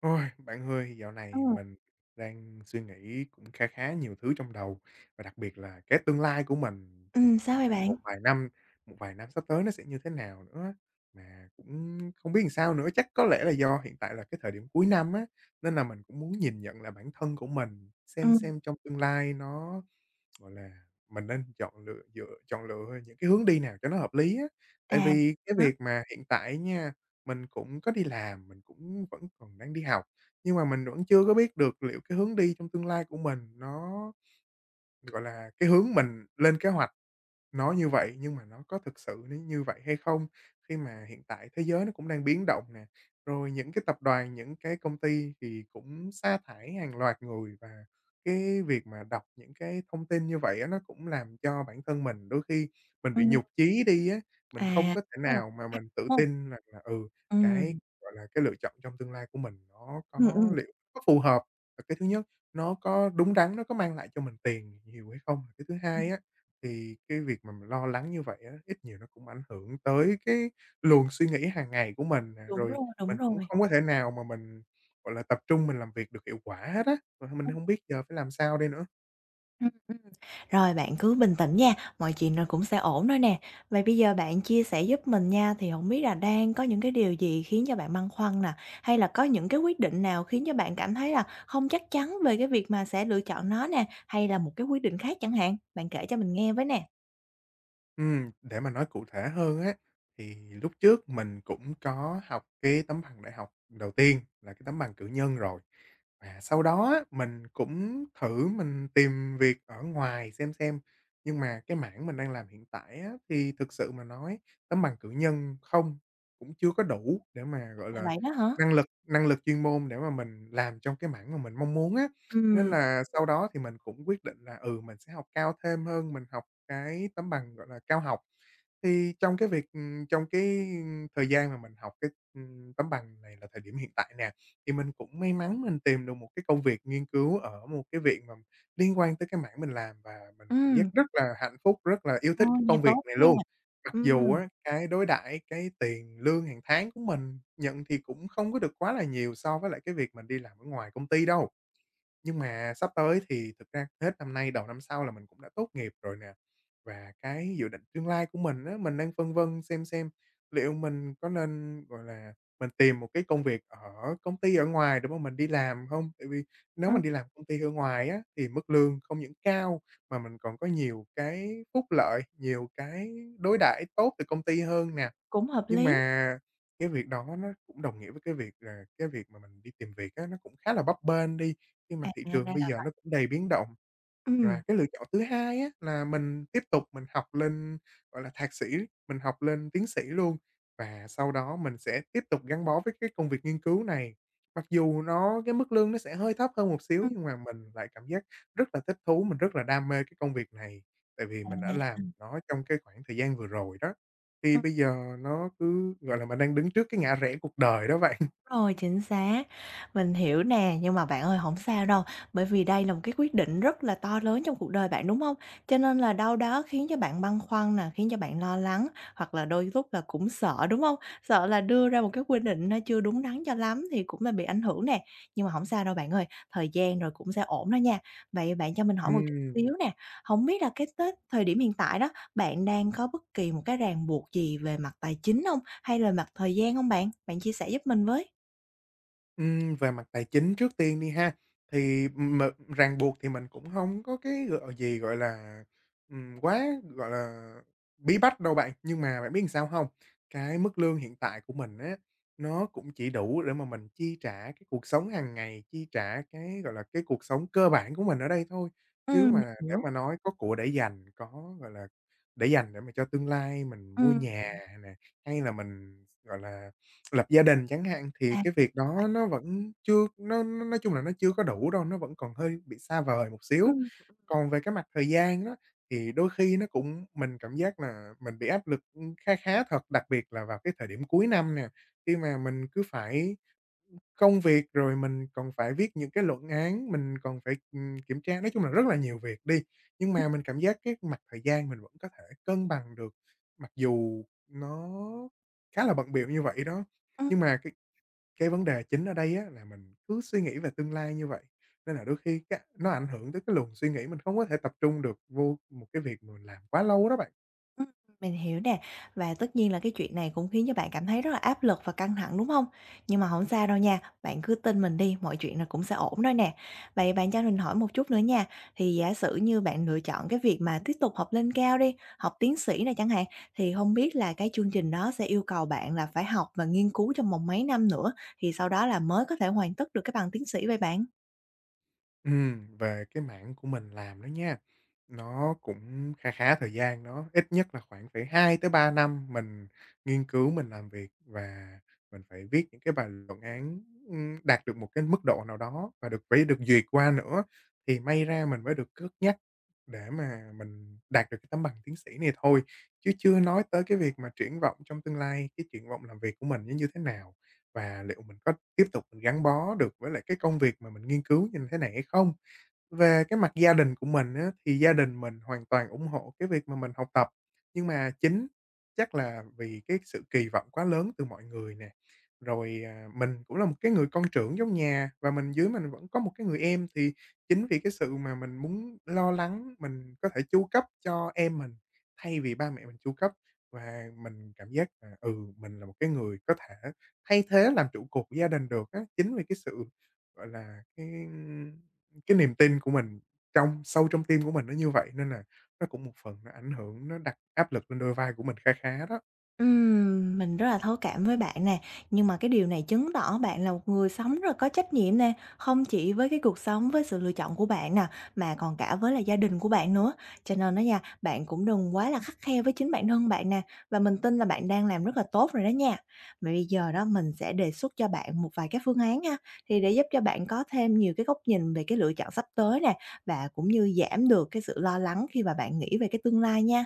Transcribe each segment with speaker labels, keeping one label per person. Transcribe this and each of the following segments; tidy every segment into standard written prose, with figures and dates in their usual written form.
Speaker 1: Ôi, bạn ơi, dạo này
Speaker 2: Ừm,
Speaker 1: mình đang suy nghĩ cũng khá khá nhiều thứ trong đầu và đặc biệt là cái tương lai của mình,
Speaker 2: sao
Speaker 1: gọi
Speaker 2: vậy
Speaker 1: là,
Speaker 2: bạn?
Speaker 1: một vài năm sắp tới nó sẽ như thế nào nữa, mà cũng không biết làm sao nữa. Chắc có lẽ là do hiện tại là cái thời điểm cuối năm á, nên là mình cũng muốn nhìn nhận là bản thân của mình,
Speaker 2: Ừm,
Speaker 1: xem trong tương lai nó, gọi là, mình nên chọn lựa những cái hướng đi nào cho nó hợp lý á. Tại
Speaker 2: à,
Speaker 1: vì cái
Speaker 2: đó,
Speaker 1: việc mà hiện tại nha, mình cũng có đi làm, mình cũng vẫn còn đang đi học, nhưng mà mình vẫn chưa có biết được liệu cái hướng đi trong tương lai của mình nó, gọi là, cái hướng mình lên kế hoạch. Nói như vậy nhưng mà nó có thực sự như vậy hay không? Khi mà hiện tại thế giới nó cũng đang biến động nè, rồi những cái tập đoàn, những cái công ty thì cũng sa thải hàng loạt người, và cái việc mà đọc những cái thông tin như vậy á, nó cũng làm cho bản thân mình đôi khi mình bị
Speaker 2: ừm,
Speaker 1: nhụt chí đi á,
Speaker 2: à,
Speaker 1: mình không có thể
Speaker 2: đúng rồi,
Speaker 1: nào mà mình tự
Speaker 2: đúng hông?
Speaker 1: tin rằng là,
Speaker 2: Ừm,
Speaker 1: gọi là, cái lựa chọn trong tương lai của mình nó
Speaker 2: ừm,
Speaker 1: có
Speaker 2: ừm,
Speaker 1: liệu có phù hợp, và cái thứ nhất, nó có đúng đắn, nó có mang lại cho mình tiền nhiều hay không? Và cái thứ
Speaker 2: ừm,
Speaker 1: hai á, thì cái việc mà mình lo lắng như vậy á, ít nhiều nó cũng ảnh hưởng tới cái luồng suy nghĩ hàng ngày của mình nè,
Speaker 2: đúng
Speaker 1: rồi
Speaker 2: rồi, đúng
Speaker 1: mình cũng
Speaker 2: rồi.
Speaker 1: không có thể nào mà mình, gọi là, tập trung mình làm việc được hiệu quả hết á, rồi mình
Speaker 2: Ừm,
Speaker 1: không biết giờ phải làm sao đây nữa.
Speaker 2: ừm, ừm. Rồi bạn cứ bình tĩnh nha, mọi chuyện rồi cũng sẽ ổn thôi nè. Vậy bây giờ bạn chia sẻ giúp mình nha, thì hổng biết là đang có những cái điều gì khiến cho bạn băn khoăn nè? Hay là có những cái quyết định nào khiến cho bạn cảm thấy là không chắc chắn về cái việc mà sẽ lựa chọn nó nè, hay là một cái quyết định khác chẳng hạn? Bạn kể cho mình nghe với nè.
Speaker 1: Để mà nói cụ thể hơn á, thì lúc trước mình cũng có học cái tấm bằng đại học đầu tiên là cái tấm bằng cử nhân rồi. Và sau đó á, mình cũng thử mình tìm việc ở ngoài xem, nhưng mà cái mảng mình đang làm hiện tại á, thì thực sự mà nói tấm bằng cử nhân không, cũng chưa có đủ để mà, gọi
Speaker 2: À,
Speaker 1: là,
Speaker 2: vậy đó hả?
Speaker 1: năng lực chuyên môn để mà mình làm trong cái mảng mà mình mong muốn á. Nên
Speaker 2: Ừm,
Speaker 1: là sau đó thì mình cũng quyết định là, mình sẽ học cao thêm hơn, mình học cái tấm bằng, gọi là, cao học. Thì trong cái thời gian mà mình học cái tấm bằng này là thời điểm hiện tại nè, thì mình cũng may mắn mình tìm được một cái công việc nghiên cứu ở một cái viện mà liên quan tới cái mảng mình làm, và mình cảm giác
Speaker 2: ừm,
Speaker 1: rất là hạnh phúc, rất là yêu thích
Speaker 2: ôi,
Speaker 1: cái
Speaker 2: nghe
Speaker 1: công việc
Speaker 2: tốt
Speaker 1: này
Speaker 2: đó
Speaker 1: luôn.
Speaker 2: nha.
Speaker 1: Mặc dù
Speaker 2: Ừm.
Speaker 1: á, cái đối đãi, cái tiền lương hàng tháng của mình nhận thì cũng không có được quá là nhiều so với lại cái việc mình đi làm ở ngoài công ty đâu. Nhưng mà sắp tới thì thực ra hết năm nay đầu năm sau là mình cũng đã tốt nghiệp rồi nè, và cái dự định tương lai của mình á, mình đang phân vân xem liệu mình có nên, gọi là, mình tìm một cái công việc ở công ty ở ngoài để mà mình đi làm không? Tại vì nếu
Speaker 2: Ừm,
Speaker 1: mình đi làm công ty ở ngoài á, thì mức lương không những cao mà mình còn có nhiều cái phúc lợi, nhiều cái đối đãi tốt từ công ty hơn nè.
Speaker 2: cũng hợp
Speaker 1: Nhưng
Speaker 2: lý.
Speaker 1: mà cái việc đó nó cũng đồng nghĩa với cái việc là cái việc mà mình đi tìm việc á, nó cũng khá là bấp bênh đi, khi
Speaker 2: À,
Speaker 1: mà thị
Speaker 2: ra
Speaker 1: trường
Speaker 2: là
Speaker 1: bây giờ nó cũng đầy biến động. Và
Speaker 2: ừm,
Speaker 1: cái lựa chọn thứ hai á là mình tiếp tục mình học lên, gọi là, thạc sĩ, mình học lên tiến sĩ luôn và sau đó mình sẽ tiếp tục gắn bó với cái công việc nghiên cứu này. Mặc dù nó cái mức lương nó sẽ hơi thấp hơn một xíu,
Speaker 2: ừm,
Speaker 1: nhưng mà mình lại cảm giác rất là thích thú, mình rất là đam mê cái công việc này, tại vì
Speaker 2: à,
Speaker 1: mình đã
Speaker 2: ừm.
Speaker 1: làm nó trong cái khoảng thời gian vừa rồi đó. Thì bây giờ nó cứ, gọi là, mình đang đứng trước cái ngã rẽ cuộc đời đó bạn.
Speaker 2: Rồi, chính xác, mình hiểu nè, nhưng mà bạn ơi không sao đâu, bởi vì đây là một cái quyết định rất là to lớn trong cuộc đời bạn, đúng không? Cho nên là đâu đó khiến cho bạn băn khoăn nè, khiến cho bạn lo lắng, hoặc là đôi lúc là cũng sợ, đúng không? Sợ là đưa ra một cái quyết định nó chưa đúng đắn cho lắm thì cũng là bị ảnh hưởng nè, nhưng mà không sao đâu bạn ơi, thời gian rồi cũng sẽ ổn thôi nha. Vậy bạn cho mình hỏi một chút
Speaker 1: Ừm.
Speaker 2: xíu nè, không biết là cái tới thời điểm hiện tại đó, bạn đang có bất kỳ một cái ràng buộc gì về mặt tài chính không hay là mặt thời gian không bạn? Bạn chia sẻ giúp mình với.
Speaker 1: Về mặt tài chính trước tiên đi ha, thì ràng buộc thì mình cũng không có cái, gọi là, quá, gọi là, bí bách đâu bạn. Nhưng mà bạn biết làm sao không? Cái mức lương hiện tại của mình á, nó cũng chỉ đủ để mà mình chi trả cái cuộc sống hàng ngày, chi trả cái, gọi là, cái cuộc sống cơ bản của mình ở đây thôi. Chứ
Speaker 2: Mình
Speaker 1: mà để
Speaker 2: hiểu.
Speaker 1: mà nói có của để dành, có, gọi là, để dành để mà cho tương lai mình mua
Speaker 2: Ừm,
Speaker 1: nhà nè, hay là mình, gọi là, lập gia đình chẳng hạn, thì
Speaker 2: à,
Speaker 1: cái việc đó nó vẫn chưa nó nói chung là nó chưa có đủ đâu, nó vẫn còn hơi bị xa vời một xíu.
Speaker 2: ừm,
Speaker 1: Còn về cái mặt thời gian đó thì đôi khi nó cũng mình cảm giác là mình bị áp lực, khá khá thật, đặc biệt là vào cái thời điểm cuối năm nè, khi mà mình cứ phải công việc, rồi mình còn phải viết những cái luận án, mình còn phải, kiểm tra, nói chung là rất là nhiều việc đi. Nhưng mà mình cảm giác cái mặt thời gian mình vẫn có thể cân bằng được, mặc dù nó khá là bận bịu như vậy đó.
Speaker 2: ừm,
Speaker 1: Nhưng mà cái vấn đề chính ở đây á là mình cứ suy nghĩ về tương lai như vậy, nên là đôi khi cái nó ảnh hưởng tới cái luồng suy nghĩ, mình không có thể tập trung được vô một cái việc mà mình làm quá lâu đó bạn.
Speaker 2: ừm, mình hiểu nè. Và tất nhiên là cái chuyện này cũng khiến cho bạn cảm thấy rất là áp lực và căng thẳng, đúng hông? Nhưng mà hổng sao đâu nha, bạn cứ tin mình đi, mọi chuyện là cũng sẽ ổn thôi nè. Vậy bạn cho mình hỏi một chút nữa nha, thì giả sử như bạn lựa chọn cái việc mà tiếp tục học lên cao đi, học tiến sĩ này chẳng hạn, thì hông biết là cái chương trình đó sẽ yêu cầu bạn là phải học và nghiên cứu trong vòng mấy năm nữa, thì sau đó là mới có thể hoàn tất được cái bằng tiến sĩ vậy bạn?
Speaker 1: Về cái mảng của mình làm đó nha, nó cũng khá khá thời gian, nó ít nhất là khoảng phải 2 tới 3 năm mình nghiên cứu, mình làm việc và mình phải viết những cái bài luận án, đạt được một cái mức độ nào đó và được phải được duyệt qua nữa, thì may ra mình mới được cất nhắc để mà mình đạt được cái tấm bằng tiến sĩ này thôi, chứ chưa nói tới cái việc mà triển vọng trong tương lai, cái triển vọng làm việc của mình nó như thế nào và liệu mình có tiếp tục mình gắn bó được với lại cái công việc mà mình nghiên cứu như thế này hay không? Về cái mặt gia đình của mình á, thì gia đình mình hoàn toàn ủng hộ cái việc mà mình học tập, nhưng mà chắc là vì cái sự kỳ vọng quá lớn từ mọi người nè, rồi, à, mình cũng là một cái người con trưởng trong nhà và mình dưới mình vẫn có một cái người em, thì chính vì cái sự mà mình muốn lo lắng, mình có thể chu cấp cho em mình thay vì ba mẹ mình chu cấp, và mình cảm giác là, mình là một cái người có thể thay thế làm trụ cột của gia đình được á. Chính vì cái sự, gọi là, cái niềm tin của mình trong sâu trong tim của mình nó như vậy, nên là nó cũng một phần nó ảnh hưởng, nó đặt áp lực lên đôi vai của mình khá khá đó.
Speaker 2: Mình rất là thấu cảm với bạn nè, nhưng mà cái điều này chứng tỏ bạn là một người sống rất là có trách nhiệm nè, không chỉ với cái cuộc sống, với sự lựa chọn của bạn nè, mà còn cả với là gia đình của bạn nữa. Cho nên đó nha, bạn cũng đừng quá là khắt khe với chính bản thân bạn nè, và mình tin là bạn đang làm rất là tốt rồi đó nha. Mà bây giờ đó mình sẽ đề xuất cho bạn một vài cái phương án ha, thì để giúp cho bạn có thêm nhiều cái góc nhìn về cái lựa chọn sắp tới nè, và cũng như giảm được cái sự lo lắng khi mà bạn nghĩ về cái tương lai nha.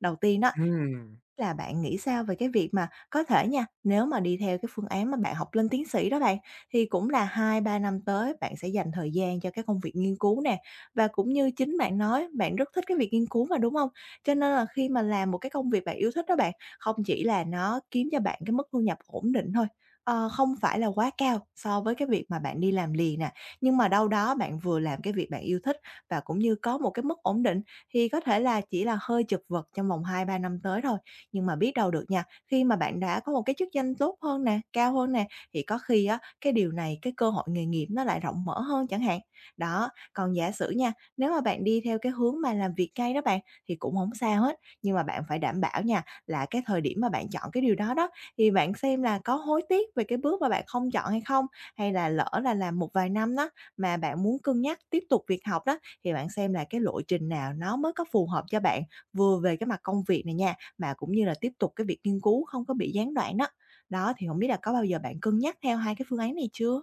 Speaker 2: Đầu tiên đó
Speaker 1: Ừm.
Speaker 2: là bạn nghĩ sao về cái việc mà có thể nha, nếu mà đi theo cái phương án mà bạn học lên tiến sĩ đó bạn, thì cũng là hai ba năm tới bạn sẽ dành thời gian cho cái công việc nghiên cứu nè. Và cũng như chính bạn nói, bạn rất thích cái việc nghiên cứu mà, đúng không? Cho nên là khi mà làm một cái công việc bạn yêu thích đó bạn, không chỉ là nó kiếm cho bạn cái mức thu nhập ổn định thôi, không phải là quá cao so với cái việc mà bạn đi làm liền nè, nhưng mà đâu đó bạn vừa làm cái việc bạn yêu thích và cũng như có một cái mức ổn định thì có thể là chỉ là hơi chật vật trong vòng hai ba năm tới thôi. Nhưng mà biết đâu được nha, khi mà bạn đã có một cái chức danh tốt hơn nè, cao hơn nè, thì có khi á, cái điều này, cái cơ hội nghề nghiệp nó lại rộng mở hơn chẳng hạn. Đó, còn giả sử nha, nếu mà bạn đi theo cái hướng mà làm việc ngay đó bạn, thì cũng không sao hết, nhưng mà bạn phải đảm bảo nha, là cái thời điểm mà bạn chọn cái điều đó đó, thì bạn xem là có hối tiếc về cái bước mà bạn không chọn hay không? Hay là lỡ là làm một vài năm đó, mà bạn muốn cân nhắc tiếp tục việc học đó, thì bạn xem là cái lộ trình nào nó mới có phù hợp cho bạn, vừa về cái mặt công việc này nha, mà cũng như là tiếp tục cái việc nghiên cứu không có bị gián đoạn đó. Đó, thì không biết là có bao giờ bạn cân nhắc theo hai cái phương án này chưa?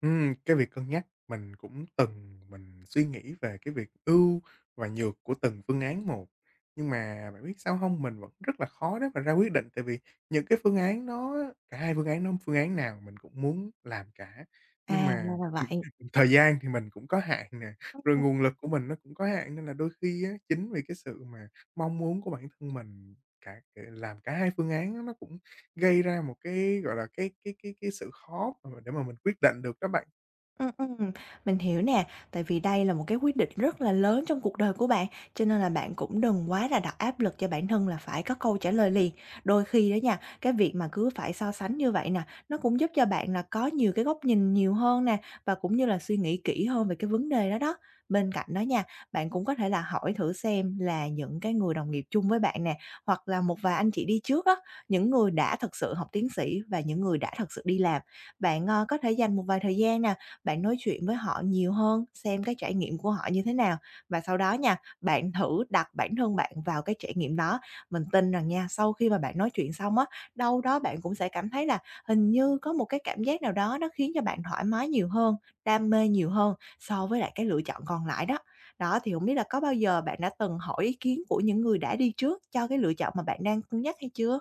Speaker 1: Cái việc cân nhắc mình cũng từng mình suy nghĩ về cái việc ưu và nhược của từng phương án một. Nhưng mà bạn biết sao không? Mình vẫn rất là khó để mà ra quyết định, tại vì những cái phương án nó cả hai phương án nó, phương án nào mình cũng muốn làm cả. Nhưng
Speaker 2: À,
Speaker 1: mà
Speaker 2: ra là vậy.
Speaker 1: thời gian thì mình cũng có hạn nè, rồi nguồn lực của mình nó cũng có hạn, nên là đôi khi á, chính vì cái sự mà mong muốn của bản thân mình cả, làm cả hai phương án á, nó cũng gây ra một cái, gọi là, cái sự khó mà để mà mình quyết định được đó bạn.
Speaker 2: Ừm, ừm, mình hiểu nè, tại vì đây là một cái quyết định rất là lớn trong cuộc đời của bạn, cho nên là bạn cũng đừng quá là đặt áp lực cho bản thân là phải có câu trả lời liền. Đôi khi đó nha, cái việc mà cứ phải so sánh như vậy nè, nó cũng giúp cho bạn là có nhiều cái góc nhìn nhiều hơn nè, và cũng như là suy nghĩ kỹ hơn về cái vấn đề đó đó. Bên cạnh đó nha, bạn cũng có thể là hỏi thử xem là những cái người đồng nghiệp chung với bạn nè, hoặc là một vài anh chị đi trước á, những người đã thật sự học tiến sĩ và những người đã thật sự đi làm. Bạn có thể dành một vài thời gian nè bạn nói chuyện với họ nhiều hơn, xem cái trải nghiệm của họ như thế nào và sau đó nha, bạn thử đặt bản thân bạn vào cái trải nghiệm đó. Mình tin rằng nha, sau khi mà bạn nói chuyện xong á, đâu đó bạn cũng sẽ cảm thấy là hình như có một cái cảm giác nào đó nó khiến cho bạn thoải mái nhiều hơn, đam mê nhiều hơn so với lại cái lựa chọn còn lại đó. Đó, thì không biết là có bao giờ bạn đã từng hỏi ý kiến của những người đã đi trước cho cái lựa chọn mà bạn đang cân nhắc hay chưa?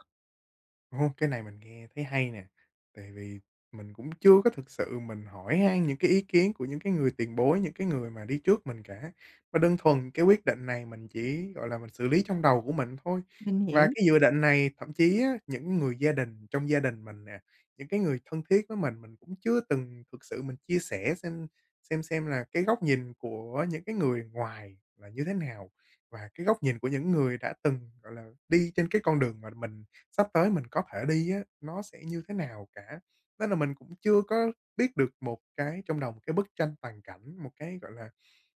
Speaker 1: Ồ, cái này mình nghe thấy hay nè, tại vì mình cũng chưa có thực sự mình hỏi han những cái ý kiến của những cái người tiền bối, những cái người mà đi trước mình cả. Mà đơn thuần cái quyết định này mình chỉ, gọi là, mình xử lý trong đầu của mình thôi.
Speaker 2: Mình
Speaker 1: Và
Speaker 2: hiểu.
Speaker 1: cái dự định này thậm chí á, những người gia đình trong gia đình mình nè, những cái người thân thiết với mình cũng chưa từng thực sự mình chia sẻ xem xem là cái góc nhìn của những cái người ngoài là như thế nào, và cái góc nhìn của những người đã từng, gọi là, đi trên cái con đường mà mình sắp tới mình có thể đi á, nó sẽ như thế nào cả. Nên là mình cũng chưa có biết được một cái trong đầu một cái bức tranh toàn cảnh, một cái, gọi là,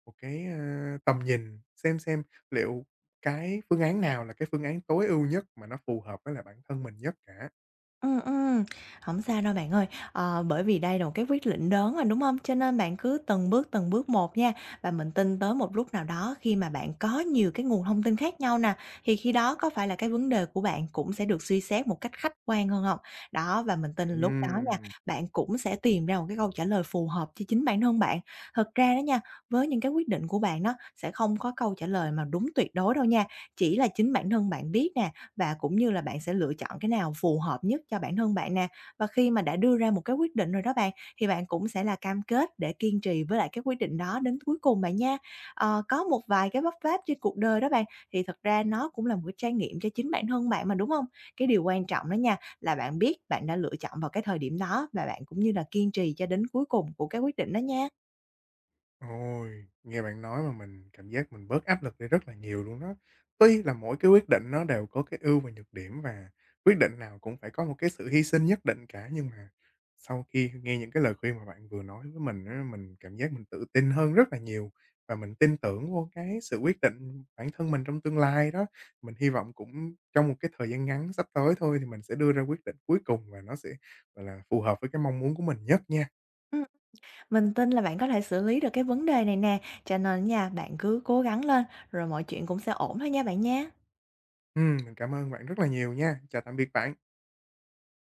Speaker 1: một cái tầm nhìn, xem liệu cái phương án nào là cái phương án tối ưu nhất mà nó phù hợp với lại bản thân mình nhất cả.
Speaker 2: Ừ, hổng sao đâu bạn ơi. Bởi vì đây là một cái quyết định lớn rồi, đúng không? Cho nên bạn cứ từng bước một nha, và mình tin tới một lúc nào đó khi mà bạn có nhiều cái nguồn thông tin khác nhau nè, thì khi đó có phải là cái vấn đề của bạn cũng sẽ được suy xét một cách khách quan hơn không? Đó, và mình tin lúc đó nha,
Speaker 1: Ừm.
Speaker 2: bạn cũng sẽ tìm ra một cái câu trả lời phù hợp cho chính bản thân bạn. Thật ra đó nha, với những cái quyết định của bạn đó, sẽ không có câu trả lời mà đúng tuyệt đối đâu nha, chỉ là chính bản thân bạn biết nè, và cũng như là bạn sẽ lựa chọn cái nào phù hợp nhất cho bản thân bạn nè. Và khi mà đã đưa ra một cái quyết định rồi đó bạn, thì bạn cũng sẽ là cam kết để kiên trì với lại cái quyết định đó đến cuối cùng bạn nha. Có một vài cái vấp váp trên cuộc đời đó bạn, thì thật ra nó cũng là một cái trải nghiệm cho chính bản thân bạn mà, đúng không? Cái điều quan trọng đó nha, là bạn biết bạn đã lựa chọn vào cái thời điểm đó và bạn cũng như là kiên trì cho đến cuối cùng của cái quyết định đó nha.
Speaker 1: Ôi, nghe bạn nói mà mình cảm giác mình bớt áp lực đi rất là nhiều luôn đó. Tuy là mỗi cái quyết định nó đều có cái ưu và nhược điểm, và quyết định nào cũng phải có một cái sự hy sinh nhất định cả, nhưng mà sau khi nghe những cái lời khuyên mà bạn vừa nói với mình á, mình cảm giác mình tự tin hơn rất là nhiều và mình tin tưởng vô cái sự quyết định bản thân mình trong tương lai đó. Mình hy vọng cũng trong một cái thời gian ngắn sắp tới thôi thì mình sẽ đưa ra quyết định cuối cùng và nó sẽ, gọi là, phù hợp với cái mong muốn của mình nhất nha.
Speaker 2: Ừm, mình tin là bạn có thể xử lý được cái vấn đề này nè, cho nên nha, bạn cứ cố gắng lên rồi mọi chuyện cũng sẽ ổn thôi nha bạn nha.
Speaker 1: Mình cảm ơn bạn rất là nhiều nha. Chào tạm biệt bạn.